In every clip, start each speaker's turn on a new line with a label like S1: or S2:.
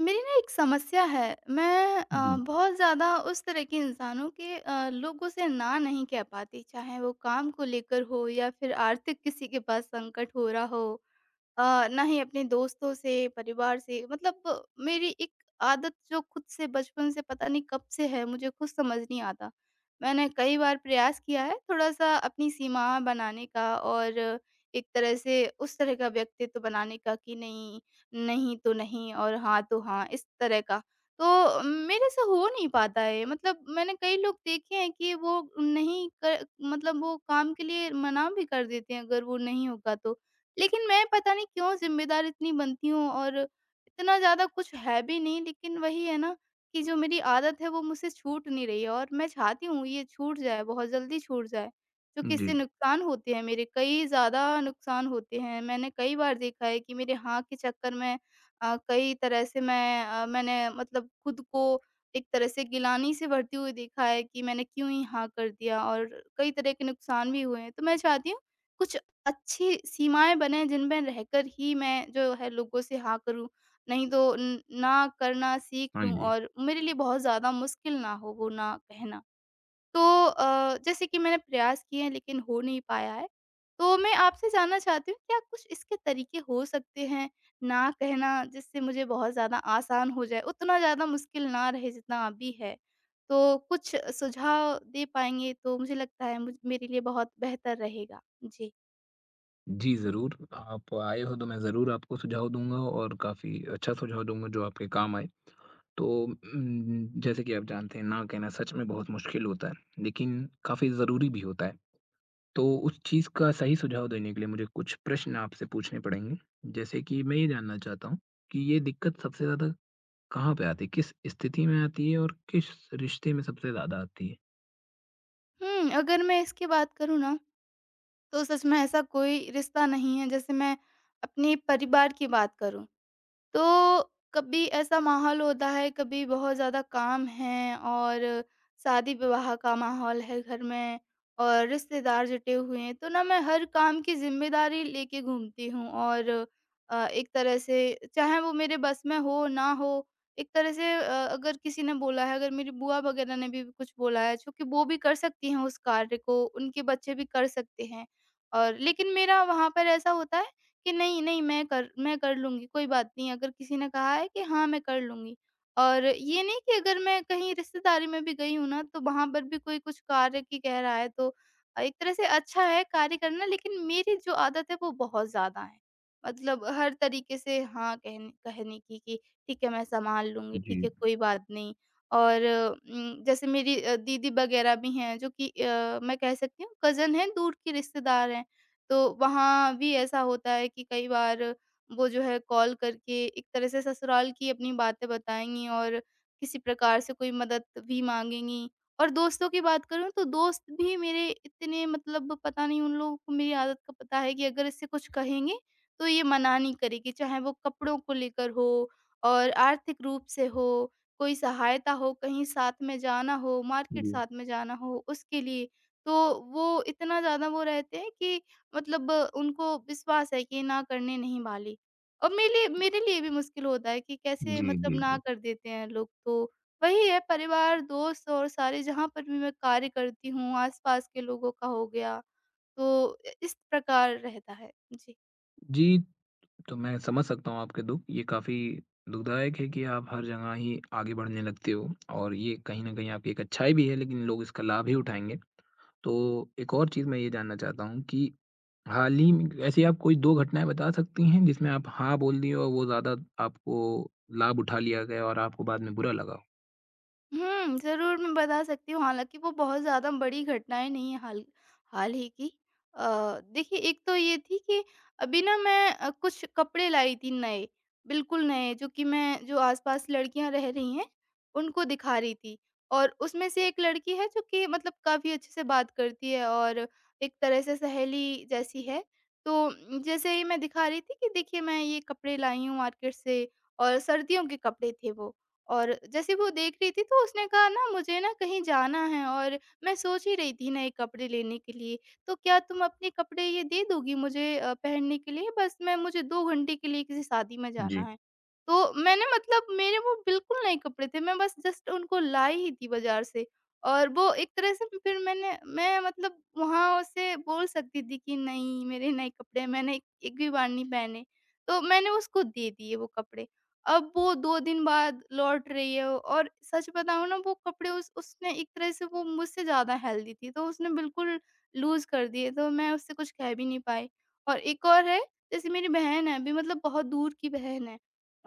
S1: मेरी ना एक समस्या है। मैं
S2: जी।
S1: बहुत ज़्यादा उस तरह के इंसानों के लोगों से ना नहीं कह पाती, चाहे वो काम को लेकर हो या फिर आर्थिक किसी के पास संकट हो रहा हो, ना ही अपने दोस्तों से, परिवार से। मतलब मेरी एक आदत जो खुद से बचपन से पता नहीं कब से है, मुझे खुद समझ नहीं आता। मैंने कई बार प्रयास किया है थोड़ा-सा अपनी सीमाएँ बनाने का और एक तरह से उस तरह का व्यक्तित्व बनाने का कि नहीं, नहीं तो नहीं और हाँ तो हाँ, इस तरह का। तो मेरे से हो नहीं पाता है। मतलब मैंने कई लोग देखे हैं कि वो नहीं क मतलब वो काम के लिए मना भी कर देते हैं, अगर वो नहीं होगा तो। लेकिन मैं पता नहीं क्यों ज़िम्मेदार इतनी बनती हूँ, और इतना ज़्यादा कुछ है भी नहीं, लेकिन वही है ना, कि जो मेरी आदत है वो मुझसे छूट नहीं रही है, और मैं चाहती हूँ ये छूट जाए, बहुत जल्दी छूट जाए, क्योंकि इससे
S2: जी,
S1: नुकसान होते हैं मेरे, कई ज़्यादा नुकसान होते हैं। मैंने कई बार देखा है कि मेरे हाँ के चक्कर में कई तरह से मैंने मतलब खुद को एक तरह से गिलानी से भरती हुई देखा है कि मैंने क्यों ही हाँ कर दिया, और कई तरह के नुकसान भी हुए हैं। तो मैं चाहती हूँ कुछ अच्छी सीमाएँ बने जिनमें रहकर ही मैं जो है लोगों से हाँ करूँ, नहीं तो न ना करना सीख
S2: हाँ
S1: लूँ,
S2: जी।
S1: और मेरे लिए बहुत ज़्यादा मुश्किल ना हो वो ना कहना। तो जैसे कि मैंने प्रयास किए हैं लेकिन हो नहीं पाया है। तो मैं आपसे जानना चाहती हूँ क्या कुछ इसके तरीके हो सकते हैं ना कहना, जिससे मुझे बहुत ज़्यादा आसान हो जाए, उतना ज़्यादा मुश्किल ना रहे जितना अभी है? तो कुछ सुझाव दे पाएँगे तो मुझे लगता है मुझ मेरे लिए बहुत बेहतर रहेगा। जी।
S2: जी, ज़रूर, आप आए हो तो मैं ज़रूर आपको सुझाव दूँगा और काफ़ी अच्छा सुझाव दूँगा जो आपके काम आए। तो जैसे कि आप जानते हैं, ना कहना सच में बहुत मुश्किल होता है, लेकिन काफ़ी ज़रूरी भी होता है। तो उस चीज़ का सही सुझाव देने के लिए मुझे कुछ प्रश्न आपसे पूछने पड़ेंगे। जैसे कि मैं ये जानना चाहता हूँ कि ये दिक्कत सबसे ज़्यादा कहाँ पे आती है? किस स्थिति में आती है और किस रिश्ते में सबसे ज़्यादा आती है?
S1: अगर मैं इसकी बात करूँ ना, तो सच में ऐसा कोई रिश्ता नहीं है। जैसे मैं अपने परिवार की बात करूँ, तो कभी ऐसा माहौल होता है, कभी बहुत ज़्यादा काम है, और शादी-विवाह का माहौल है घर में, और रिश्तेदार जुटे हुए हैं, तो ना मैं हर काम की ज़िम्मेदारी लेके घूमती हूँ, और एक तरह से चाहे वो मेरे बस में हो, ना हो, एक तरह से अगर किसी ने बोला है, अगर मेरी बुआ वगैरह ने भी कुछ बोला है, चूँकि वो भी कर सकती हैं उस कार्य को, उनके बच्चे भी कर सकते हैं, और लेकिन मेरा वहाँ पर ऐसा होता है कि नहीं, नहीं मैं कर लूँगी, कोई बात नहीं। अगर किसी ने कहा है कि हाँ, मैं कर लूँगी। और ये नहीं कि अगर मैं कहीं रिश्तेदारी में भी गई हूँ ना, तो वहाँ पर भी कोई कुछ कार्य की कह रहा है, तो एक तरह से अच्छा है कार्य करना, लेकिन मेरी जो आदत है वो बहुत ज़्यादा है। मतलब हर तरीके से हाँ कहने कहने की, कि ठीक है मैं सँभाल लूँगी, ठीक है
S2: जी,
S1: कोई बात नहीं। और जैसे मेरी दीदी वग़ैरह भी हैं जो कि मैं कह सकती हूँ कज़न हैं, दूर की रिश्तेदार हैं। तो वहाँ भी ऐसा होता है कि कई बार वो जो है कॉल करके एक तरह से ससुराल की अपनी बातें बताएँगी, और किसी प्रकार से कोई मदद भी माँगेंगी। और दोस्तों की बात करूँ तो दोस्त भी मेरे इतने, मतलब पता नहीं उन लोगों को मेरी आदत का पता है कि अगर इससे कुछ कहेंगे, तो ये मना नहीं करेगी, चाहे वो कपड़ों को लेकर हो, और आर्थिक रूप से हो, कोई सहायता हो, कहीं साथ में जाना हो, मार्केट
S2: जी।
S1: साथ में जाना हो उसके लिए। तो वो इतना ज़्यादा वो रहते हैं कि मतलब उनको विश्वास है कि ना करने नहीं वाली। और मेरे लिए भी मुश्किल होता है कि कैसे,
S2: जी,
S1: मतलब
S2: जी,
S1: ना
S2: जी।
S1: कर देते हैं लोग तो। वही है, परिवार, दोस्त और सारे जहाँ पर भी मैं कार्य करती हूँ, आस-पास के लोगों का हो गया, तो इ इस प्रकार रहता है। जी।
S2: जी, तो मैं समझ सकता हूँ आपके दुःख। ये काफ़ी दुखदायक है कि आप हर जगह ही आगे बढ़ने लगते हो, और ये कहीं न कहीं आपकी एक अच्छाई भी है, लेकिन लोग इसका लाभ ही उठाएँगे। तो एक और चीज़ मैं ये जानना चाहता हूँ कि हाल ही में ऐसी आप कोई 2 घटनाएँ बता सकती हैं जिसमें आप हाँ बोल दिए और वो ज़्यादा आपको लाभ उठा लिया गया, और आपको बाद में बुरा लगा हो?
S1: ज़रूर मैं बता सकती हूँ, हालाँकि वो बहुत ज़्यादा बड़ी घटनाएँ नहीं हैं, हाल हाल ही की। अ, देखिए, एक तो ये थी कि अभी ना मैं कुछ कपड़े लाई थी नए, बिल्कुल नए, जो कि मैं जो आस-पास लड़कियाँ रह रही हैं, उनको दिखा रही थी। और उसमें से एक लड़की है जो कि मतलब काफ़ी अच्छे से बात करती है, और एक तरह से सहेली जैसी है। तो जैसे ही मैं दिखा रही थी कि देखिए मैं ये कपड़े लाई हूँ मार्केट से, और सर्दियों के कपड़े थे वो। और जैसे वो देख रही थी, तो उसने कहा, ना मुझे ना कहीं जाना है, और मैं सोच ही रही थी नए कपड़े लेने के लिए, तो क्या तुम अपने कपड़े ये दे दोगी मुझे पहनने के लिए, बस मैं मुझे 2 घंटे के लिए किसी शादी में जाना
S2: जी।
S1: है। तो मैंने, मतलब मेरे वो बिल्कुल नए कपड़े थे, मैं बस जस्ट उनको लाई ही थी बाजार से, और वो एक तरह से, फिर मैं मतलब वहां से बोल सकती थी कि नहीं मेरे नए कपड़े हैं, मैंने एक एक भी बार नहीं पहने। तो मैंने उसको दे दिए वो कपड़े। अब वो 2 दिन बाद लौट रही है, और सच बताऊँ ना, वो कपड़े उस उसने एक तरह से, वो मुझसे ज़्यादा हेल्दी थी, तो उसने बिल्कुल लूज़ कर दिए, तो मैं उससे कुछ कह भी नहीं पाई। और एक और है, जैसे मेरी बहन है, अभी मतलब बहुत दूर की बहन है,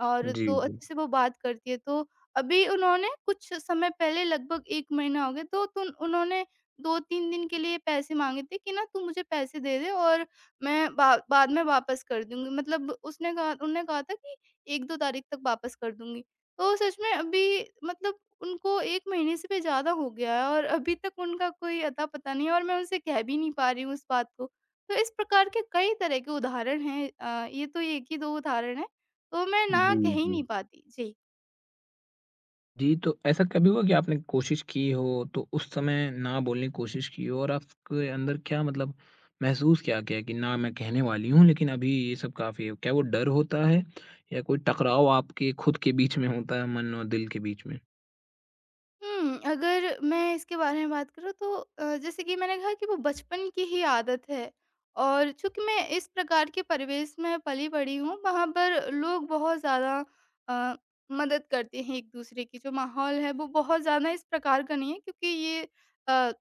S1: और
S2: जी,
S1: तो
S2: जी।
S1: अच्छे से वो बात करती है, तो अभी उन्होंने कुछ समय पहले, लगभग 1 महीना हो गया, तो तुन उन्होंने 2-3 दिन के लिए पैसे माँगे थे कि ना तू मुझे पैसे दे दे, और मैं बा बाद में वापस कर दूँगी। मतलब उसने कहा उन्होंने कहा था कि 1-2 तारीख तक वापस कर दूँगी। तो सच में अभी, मतलब उनको 1 महीने से भी ज़्यादा हो गया है, और अभी तक उनका कोई अता-पता नहीं है, और मैं उनसे कह भी नहीं पा रही हूँ उस बात को। तो इस प्रकार के कई तरह के उदाहरण हैं। ये तो 1 ही 2 उदाहरण हैं, तो मैं ना
S2: जी,
S1: कह ही
S2: जी।
S1: नहीं पाती। जी।
S2: जी, तो ऐसा कभी हुआ कि आपने कोशिश की हो, तो उस समय ना बोलने की कोशिश की हो, और आपके अंदर क्या, मतलब महसूस क्या किया कि ना मैं कहने वाली हूँ, लेकिन अभी ये सब काफ़ी है? क्या वो डर होता है या कोई टकराव आपके खुद के बीच में होता है, मन और दिल के बीच में?
S1: अगर मैं इसके बारे में बात करूँ तो जैसे कि मैंने कहा कि वो बचपन की ही आदत है, और चूँकि मैं इस प्रकार के परिवेश में पली-बड़ी हूँ, वहाँ पर लोग बहुत ज़्यादा अ, मदद करते हैं एक-दूसरे की। जो माहौल है वो बहुत ज़्यादा इस प्रकार का नहीं है, क्योंकि ये अ,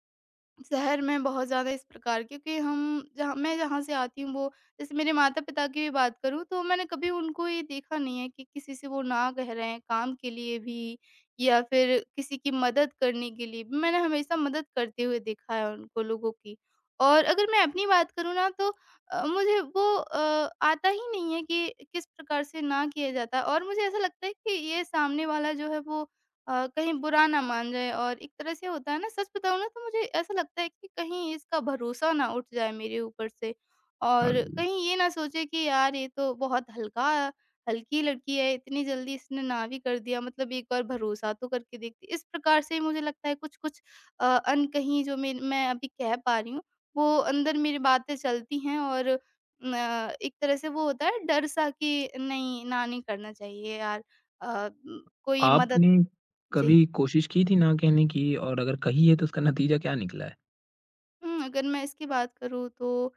S1: शहर में बहुत ज़्यादा इस प्रकार, क्योंकि हम जहाँ मैं जहाँ से आती हूँ वो, जैसे मेरे माता-पिता की भी बात करूँ, तो मैंने कभी उनको ये देखा नहीं है कि किसी से वो ना कह रहे हैं काम के लिए भी, या फिर किसी की मदद करने के लिए भी। मैंने हमेशा मदद करते हुए देखा है उनको, लोगों की। और अगर मैं अपनी बात करूँ ना, तो मुझे वो आता ही नहीं है कि किस प्रकार से ना किया जाता है। और मुझे ऐसा लगता है कि ये सामने वाला जो है वो कहीं बुरा ना मान जाए, और एक तरह से होता है ना, सच बताऊँ ना, तो मुझे ऐसा लगता है कि कहीं इसका भरोसा ना उठ जाए मेरे ऊपर से,
S2: हाँ
S1: और
S2: जी।
S1: कहीं ये ना सोचे कि यार ये तो बहुत हल्का हल्की लड़की है, इतनी जल्दी इसने ना भी कर दिया, मतलब एक बार भरोसा तो करके देखती। इस प्रकार से मुझे लगता है कुछ कुछ अनकही जो मैं अभी कह पा रही हूँ, वो अंदर मेरी बातें चलती हैं, और न, एक तरह से वो होता है डर सा कि नहीं, ना नहीं करना चाहिए यार, अ, कोई मदद।
S2: आपने
S1: जी।
S2: कभी कोशिश की थी ना कहने की, और अगर कही है तो उसका नतीजा क्या निकला है?
S1: अगर मैं इसकी बात करूँ तो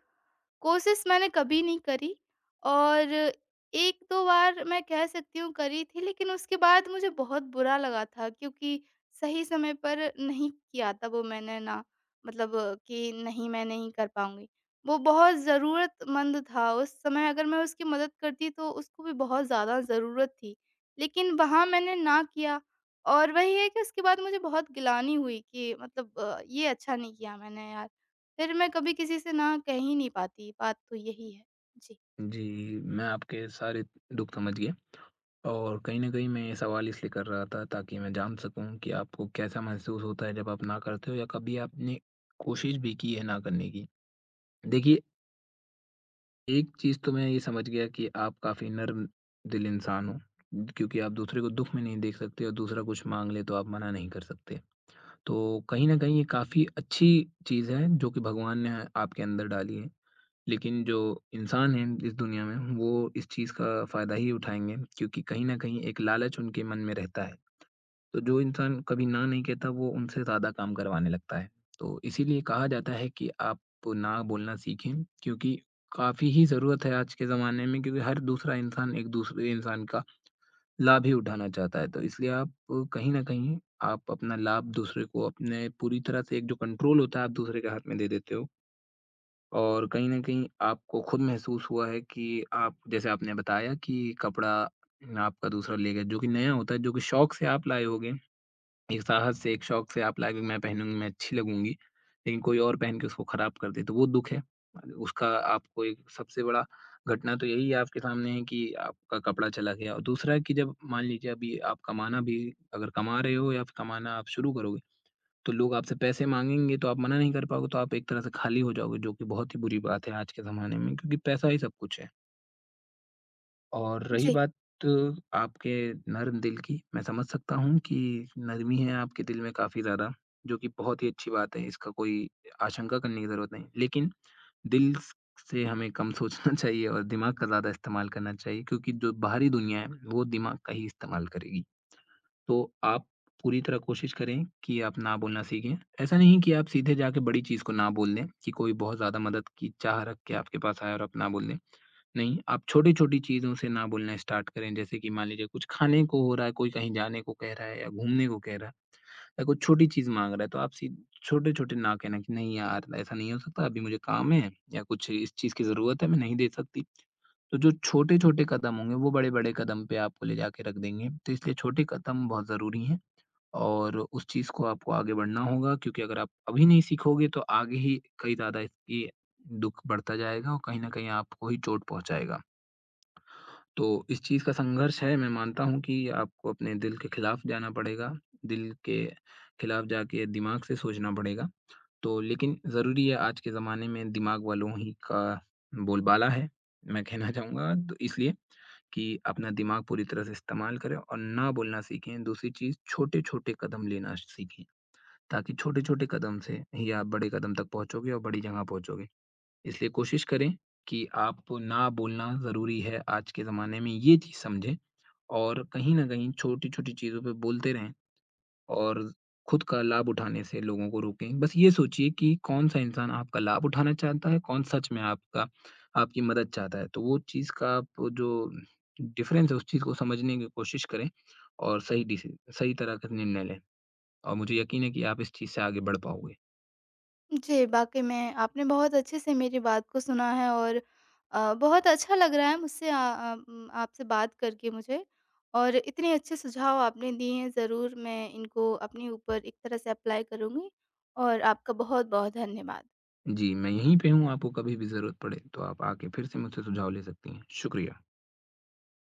S1: कोशिश मैंने कभी नहीं करी, और 1-2 बार मैं कह सकती हूँ करी थी, लेकिन उसके बाद मुझे बहुत बुरा लगा था, क्योंकि सही समय पर नहीं किया था वो मैंने ना, मतलब कि नहीं मैं नहीं कर पाऊँगी। वो बहुत ज़रूरतमंद था, उस समय अगर मैं उसकी मदद करती तो उसको भी बहुत ज़्यादा ज़रूरत थी। लेकिन वहाँ मैंने ना किया, और वही है कि उसके बाद मुझे बहुत गिलानी हुई कि मतलब ये अच्छा नहीं किया मैंने यार। फिर मैं कभी किसी से ना कह ही नहीं पाती, बात तो यही है। जी।
S2: जी, मैं आपके सारे दुःख समझ गया। और कहीं न कहीं मैं ये सवाल इसलिए कर रहा था ताकि मैं जान सकूँ कि आपको कैसा महसूस होता है जब आप ना करते हो, या कभी आपने कोशिश भी की है ना करने की? देखिए, एक चीज़ तो मैं ये समझ गया कि आप काफ़ी नर्म दिल इंसान हो, क्योंकि आप दूसरे को दुःख में नहीं देख सकते और दूसरा कुछ माँग ले तो आप मना नहीं कर सकते। तो कहीं न कहीं ये काफ़ी अच्छी चीज़ है जो कि भगवान ने आपके अंदर डाली है। लेकिन जो इंसान हैं इस दुनिया में, वो इस चीज़ का फ़ायदा ही उठाएँगे, क्योंकि कहीं न कहीं एक लालच उनके मन में रहता है। तो जो इंसान कभी ना नहीं कहता, वो उनसे ज़्यादा काम करवाने लगता है। तो इसीलिए कहा जाता है कि आप ना बोलना सीखें, क्योंकि काफ़ी ही ज़रूरत है आज के ज़माने में, क्योंकि हर दूसरा इंसान एक दूसरे इंसान का लाभ ही उठाना चाहता है। तो इसलिए आप कहीं न कहीं आप अपना लाभ दूसरे को, अपने पूरी तरह से एक जो कंट्रोल होता है, आप दूसरे के हाथ में दे देते हो। और कहीं न कहीं आपको खुद महसूस हुआ है कि आप, जैसे आपने बताया कि कपड़ा आपका दूसरा ले गया, जो कि नया होता है, जो कि शौक से आप लाए होगे। एक साहस से, एक शौक से आप लाए कि मैं पहनूँगी, मैं अच्छी लगूँगी, लेकिन कोई और पहन के उसको खराब कर दे, तो वो दुःख है। उसका आपको एक सबसे बड़ा घटना तो यही आपके सामने है कि आपका कपड़ा चला गया। और दूसरा है कि जब मान लीजिए अभी आप कमाना भी, अगर कमा रहे हो या फिर कमाना आप शुरू करोगे, तो लोग आपसे पैसे माँगेंगे तो आप मना नहीं कर पाओगे, तो आप एक तरह से खाली हो जाओगे, जो कि बहुत ही बुरी बात है आज के ज़माने में, क्योंकि पैसा ही सब कुछ है। और रही
S1: जी।
S2: बात आपके नर्म दिल की, मैं समझ सकता हूँ कि नरमी है आपके दिल में काफ़ी ज़्यादा, जो कि बहुत ही अच्छी बात है, इसका कोई आशंका करने की ज़रूरत नहीं। लेकिन दिल स से हमें कम सोचना चाहिए और दिमाग का ज़्यादा इस्तेमाल करना चाहिए, क्योंकि जो बाहरी दुनिया है, वो दिमाग का ही इस्तेमाल करेगी। तो आप पूरी तरह कोशिश करें कि आप ना बोलना सीखें। ऐसा नहीं कि आप सीधे जाके बड़ी चीज़ को ना बोल दें, कि कोई बहुत ज़्यादा मदद की चाह रख के आपके पास आया और आप ना बोल दें। नहीं, आप छोटी-छोटी चीज़ों से ना बोलना स्टार्ट करें, जैसे कि मान लीजिए कुछ खाने को हो रहा है, कोई कहीं जाने को कह रहा है या घूमने को कह रहा है या कुछ छोटी चीज़ माँग रहा है, तो आप सी छोटे-छोटे ना कहना कि नहीं यार, ऐसा नहीं हो सकता, अभी मुझे काम है या कुछ इस चीज़ की ज़रूरत है, मैं नहीं दे सकती। तो जो छोटे-छोटे कदम होंगे, वो बड़े-बड़े कदम पे आपको ले जाके रख देंगे, तो इसलिए छोटे कदम बहुत ज़रूरी हैं, और उस चीज़ को आपको आगे बढ़ना होगा, क्योंकि अगर आप अभी नहीं सीखोगे, तो आगे ही कई ज़्यादा इसकी दुःख बढ़ता जाएगा और कहीं न कहीं आपको ही चोट पहुँचाएगा। तो इस चीज़ का संघर्ष है, मैं मानता हूँ कि आपको अपने दिल के खिलाफ जाना पड़ेगा, दिल के खिलाफ जाके दिमाग से सोचना पड़ेगा। तो लेकिन ज़रूरी है, आज के ज़माने में दिमाग वालों ही का बोलबाला है, मैं कहना चाहूँगा। तो इसलिए कि अपना दिमाग पूरी तरह से इस्तेमाल करें और ना बोलना सीखें। दूसरी चीज़, छोटे-छोटे कदम लेना सीखें, ताकि छोटे-छोटे कदम से ही आप बड़े कदम तक पहुँचोगे और बड़ी जगह पहुँचोगे। इसलिए कोशिश करें कि आप ना बोलना ज़रूरी है आज के ज़माने में, ये चीज़ समझें। और कहीं न कहीं छोटी-छोटी चीज़ों पे बोलते रहें और खुद का लाभ उठाने से लोगों को रोकें। बस ये सोचिए कि कौन-सा इंसान आपका लाभ उठाना चाहता है, कौन सच में आपका आपकी मदद चाहता है। तो वो चीज़ का आप जो डिफ़रेंस है उस चीज़ को समझने की कोशिश करें और सही तरह का निर्णय लें, और मुझे यकीन है कि आप इस चीज़ से आगे बढ़ पाओगे।
S1: जी, वाक़ई में आपने बहुत अच्छे से मेरी बात को सुना है, और बहुत अच्छा लग रहा है मुझसे अ अ, उम, आपसे बात करके मुझे, और इतने अच्छे सुझाव आपने दिए हैं। ज़रूर मैं इनको अपने ऊपर एक तरह से अप्लाई करूँगी, और आपका बहुत-बहुत धन्यवाद।
S2: जी, मैं यहीं पे हूँ, आपको कभी भी ज़रूरत पड़े तो आप आके फिर से मुझसे सुझाव ले सकती हैं। शुक्रिया।